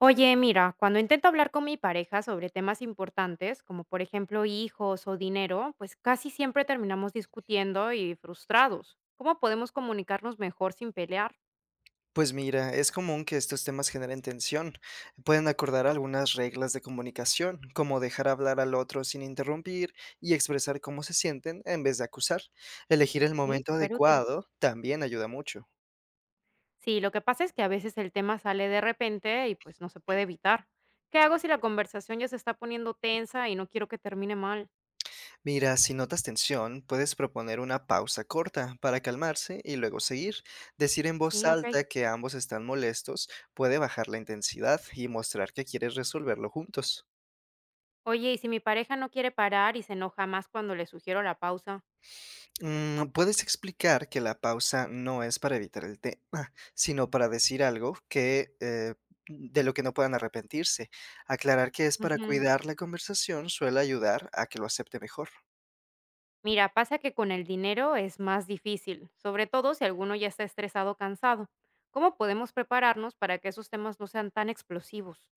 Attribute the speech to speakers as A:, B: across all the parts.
A: Oye, mira, cuando intento hablar con mi pareja sobre temas importantes, como por ejemplo hijos o dinero, pues casi siempre terminamos discutiendo y frustrados. ¿Cómo podemos comunicarnos mejor sin pelear?
B: Pues mira, es común que estos temas generen tensión. Pueden acordar algunas reglas de comunicación, como dejar hablar al otro sin interrumpir y expresar cómo se sienten en vez de acusar. Elegir el
A: Sí,
B: momento
A: súper útil.
B: adecuado también ayuda mucho.
A: Sí, lo que pasa es que a veces el tema sale de repente y pues no se puede evitar. ¿Qué hago si la conversación ya se está poniendo tensa y no quiero que termine mal?
B: Mira, si notas tensión, puedes proponer una pausa corta para calmarse y luego seguir. Decir en voz
A: Sí, ok.
B: alta que ambos están molestos puede bajar la intensidad y mostrar que quieres resolverlo juntos.
A: Oye, ¿y si mi pareja no quiere parar y se enoja más cuando le sugiero la pausa?
B: Mm, puedes explicar que la pausa no es para evitar el tema, sino para decir algo que de lo que no puedan arrepentirse. Aclarar que es para
A: Ujú.
B: cuidar la conversación suele ayudar a que lo acepte mejor.
A: Mira, pasa que con el dinero es más difícil, sobre todo si alguno ya está estresado o cansado. ¿Cómo podemos prepararnos para que esos temas no sean tan explosivos?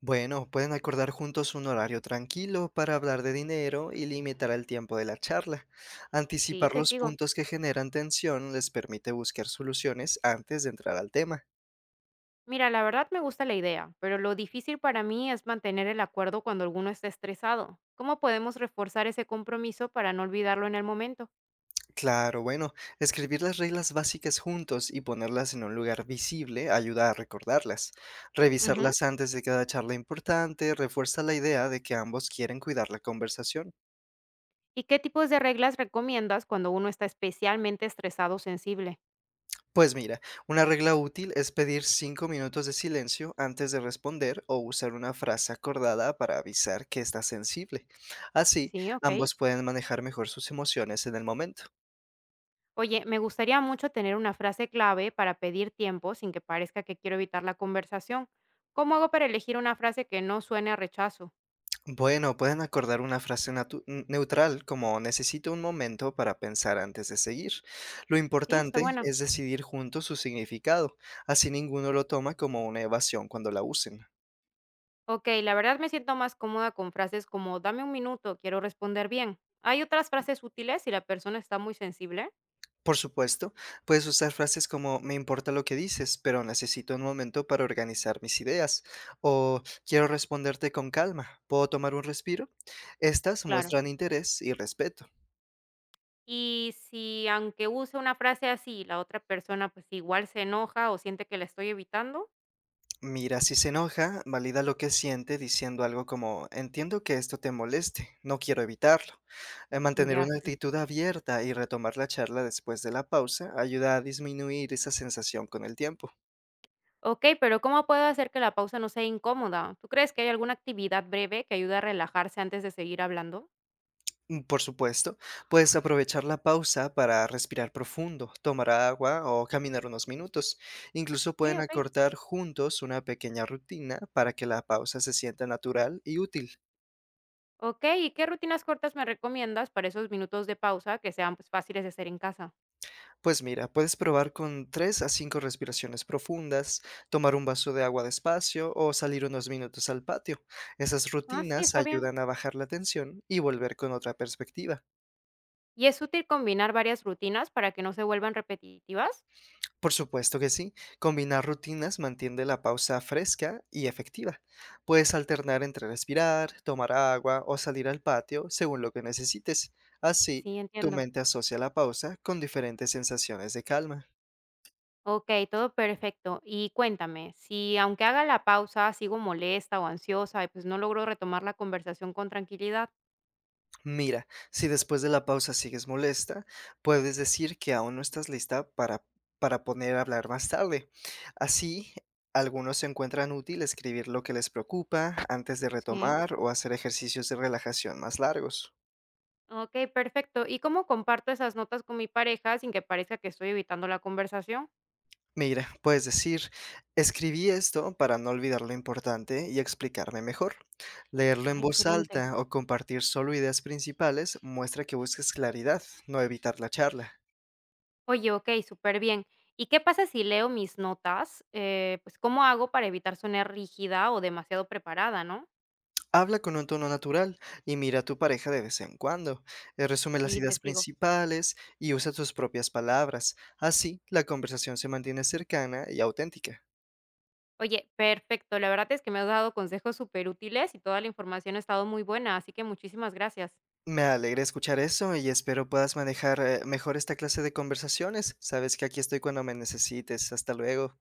B: Bueno, pueden acordar juntos un horario tranquilo para hablar de dinero y limitar el tiempo de la charla.
A: Sí,
B: Anticipar
A: te
B: los
A: sigo.
B: puntos que generan tensión les permite buscar soluciones antes de entrar al tema.
A: Mira, la verdad me gusta la idea, pero lo difícil para mí es mantener el acuerdo cuando alguno está estresado. ¿Cómo podemos reforzar ese compromiso para no olvidarlo en el momento?
B: Claro, bueno, escribir las reglas básicas juntos y ponerlas en un lugar visible ayuda a recordarlas.
A: Ujú.
B: Revisarlas antes de cada charla importante refuerza la idea de que ambos quieren cuidar la conversación.
A: ¿Y qué tipos de reglas recomiendas cuando uno está especialmente estresado o sensible?
B: Pues mira, una regla útil es pedir 5 minutos de silencio antes de responder o usar una frase acordada para avisar que está sensible. Así,
A: Sí, ok.
B: ambos pueden manejar mejor sus emociones en el momento.
A: Oye, me gustaría mucho tener una frase clave para pedir tiempo sin que parezca que quiero evitar la conversación. ¿Cómo hago para elegir una frase que no suene a rechazo?
B: Bueno, pueden acordar una frase neutral como necesito un momento para pensar antes de seguir. Lo
A: Sí, está
B: importante
A: buena.
B: es decidir juntos su significado, así ninguno lo toma como una evasión cuando la usen.
A: Ok, la verdad me siento más cómoda con frases como dame un minuto, quiero responder bien. ¿Hay otras frases útiles si la persona está muy sensible?
B: Por supuesto, puedes usar frases como me importa lo que dices, pero necesito un momento para organizar mis ideas o quiero responderte con calma, ¿puedo tomar un respiro? Estas
A: Claro.
B: muestran interés y respeto.
A: Y si aunque use una frase así, la otra persona pues igual se enoja o siente que la estoy evitando,
B: Mira, si se enoja, valida lo que siente diciendo algo como, entiendo que esto te moleste, no quiero evitarlo. Mantener
A: ya
B: una
A: sí.
B: actitud abierta y retomar la charla después de la pausa ayuda a disminuir esa sensación con el tiempo.
A: Ok, pero ¿cómo puedo hacer que la pausa no sea incómoda? ¿Tú crees que hay alguna actividad breve que ayude a relajarse antes de seguir hablando?
B: Mm, por supuesto, puedes aprovechar la pausa para respirar profundo, tomar agua o caminar unos minutos. Incluso
A: Sí,
B: pueden
A: ok.
B: acortar juntos una pequeña rutina para que la pausa se sienta natural y útil.
A: Ok, ¿y qué rutinas cortas me recomiendas para esos minutos de pausa que sean pues, fáciles de hacer en casa?
B: Pues mira, puedes probar con 3 a 5 respiraciones profundas, tomar un vaso de agua despacio o salir unos minutos al patio. Esas
A: Ah, sí,
B: rutinas
A: está bien.
B: ayudan a bajar la tensión y volver con otra perspectiva.
A: ¿Y es útil combinar varias rutinas para que no se vuelvan repetitivas?
B: Por supuesto que sí, combinar rutinas mantiene la pausa fresca y efectiva. Puedes alternar entre respirar, tomar agua o salir al patio según lo que necesites. Así,
A: Sí,
B: tu
A: entiendo.
B: mente asocia la pausa con diferentes sensaciones de calma.
A: Ok, todo perfecto. Y cuéntame, si aunque haga la pausa sigo molesta o ansiosa y pues no logro retomar la conversación con tranquilidad.
B: Mira, si después de la pausa sigues molesta, puedes decir que aún no estás lista para poner a hablar más tarde. Así, algunos encuentran útil escribir lo que les preocupa antes de
A: Sí.
B: retomar o hacer ejercicios de relajación más largos.
A: Okey, perfecto, ¿y cómo comparto esas notas con mi pareja sin que parezca que estoy evitando la conversación?
B: Mira, puedes decir, escribí esto para no olvidar lo importante y explicarme mejor. Leerlo en
A: Ah,
B: voz
A: excelente.
B: alta o compartir solo ideas principales muestra que buscas claridad, no evitar la charla.
A: Oye, ok, súper bien. ¿Y qué pasa si leo mis notas? Pues, ¿cómo hago para evitar sonar rígida o demasiado preparada, no?
B: Habla con un tono natural y mira a tu pareja de vez en cuando. Resume las
A: Y te
B: ideas
A: sigo.
B: principales y usa tus propias palabras. Así, la conversación se mantiene cercana y auténtica.
A: Oye, perfecto, la verdad es que me has dado consejos súper útiles y toda la información ha estado muy buena, así que muchísimas gracias.
B: Me alegra escuchar eso y espero puedas manejar mejor esta clase de conversaciones. Sabes que aquí estoy cuando me necesites. Hasta luego.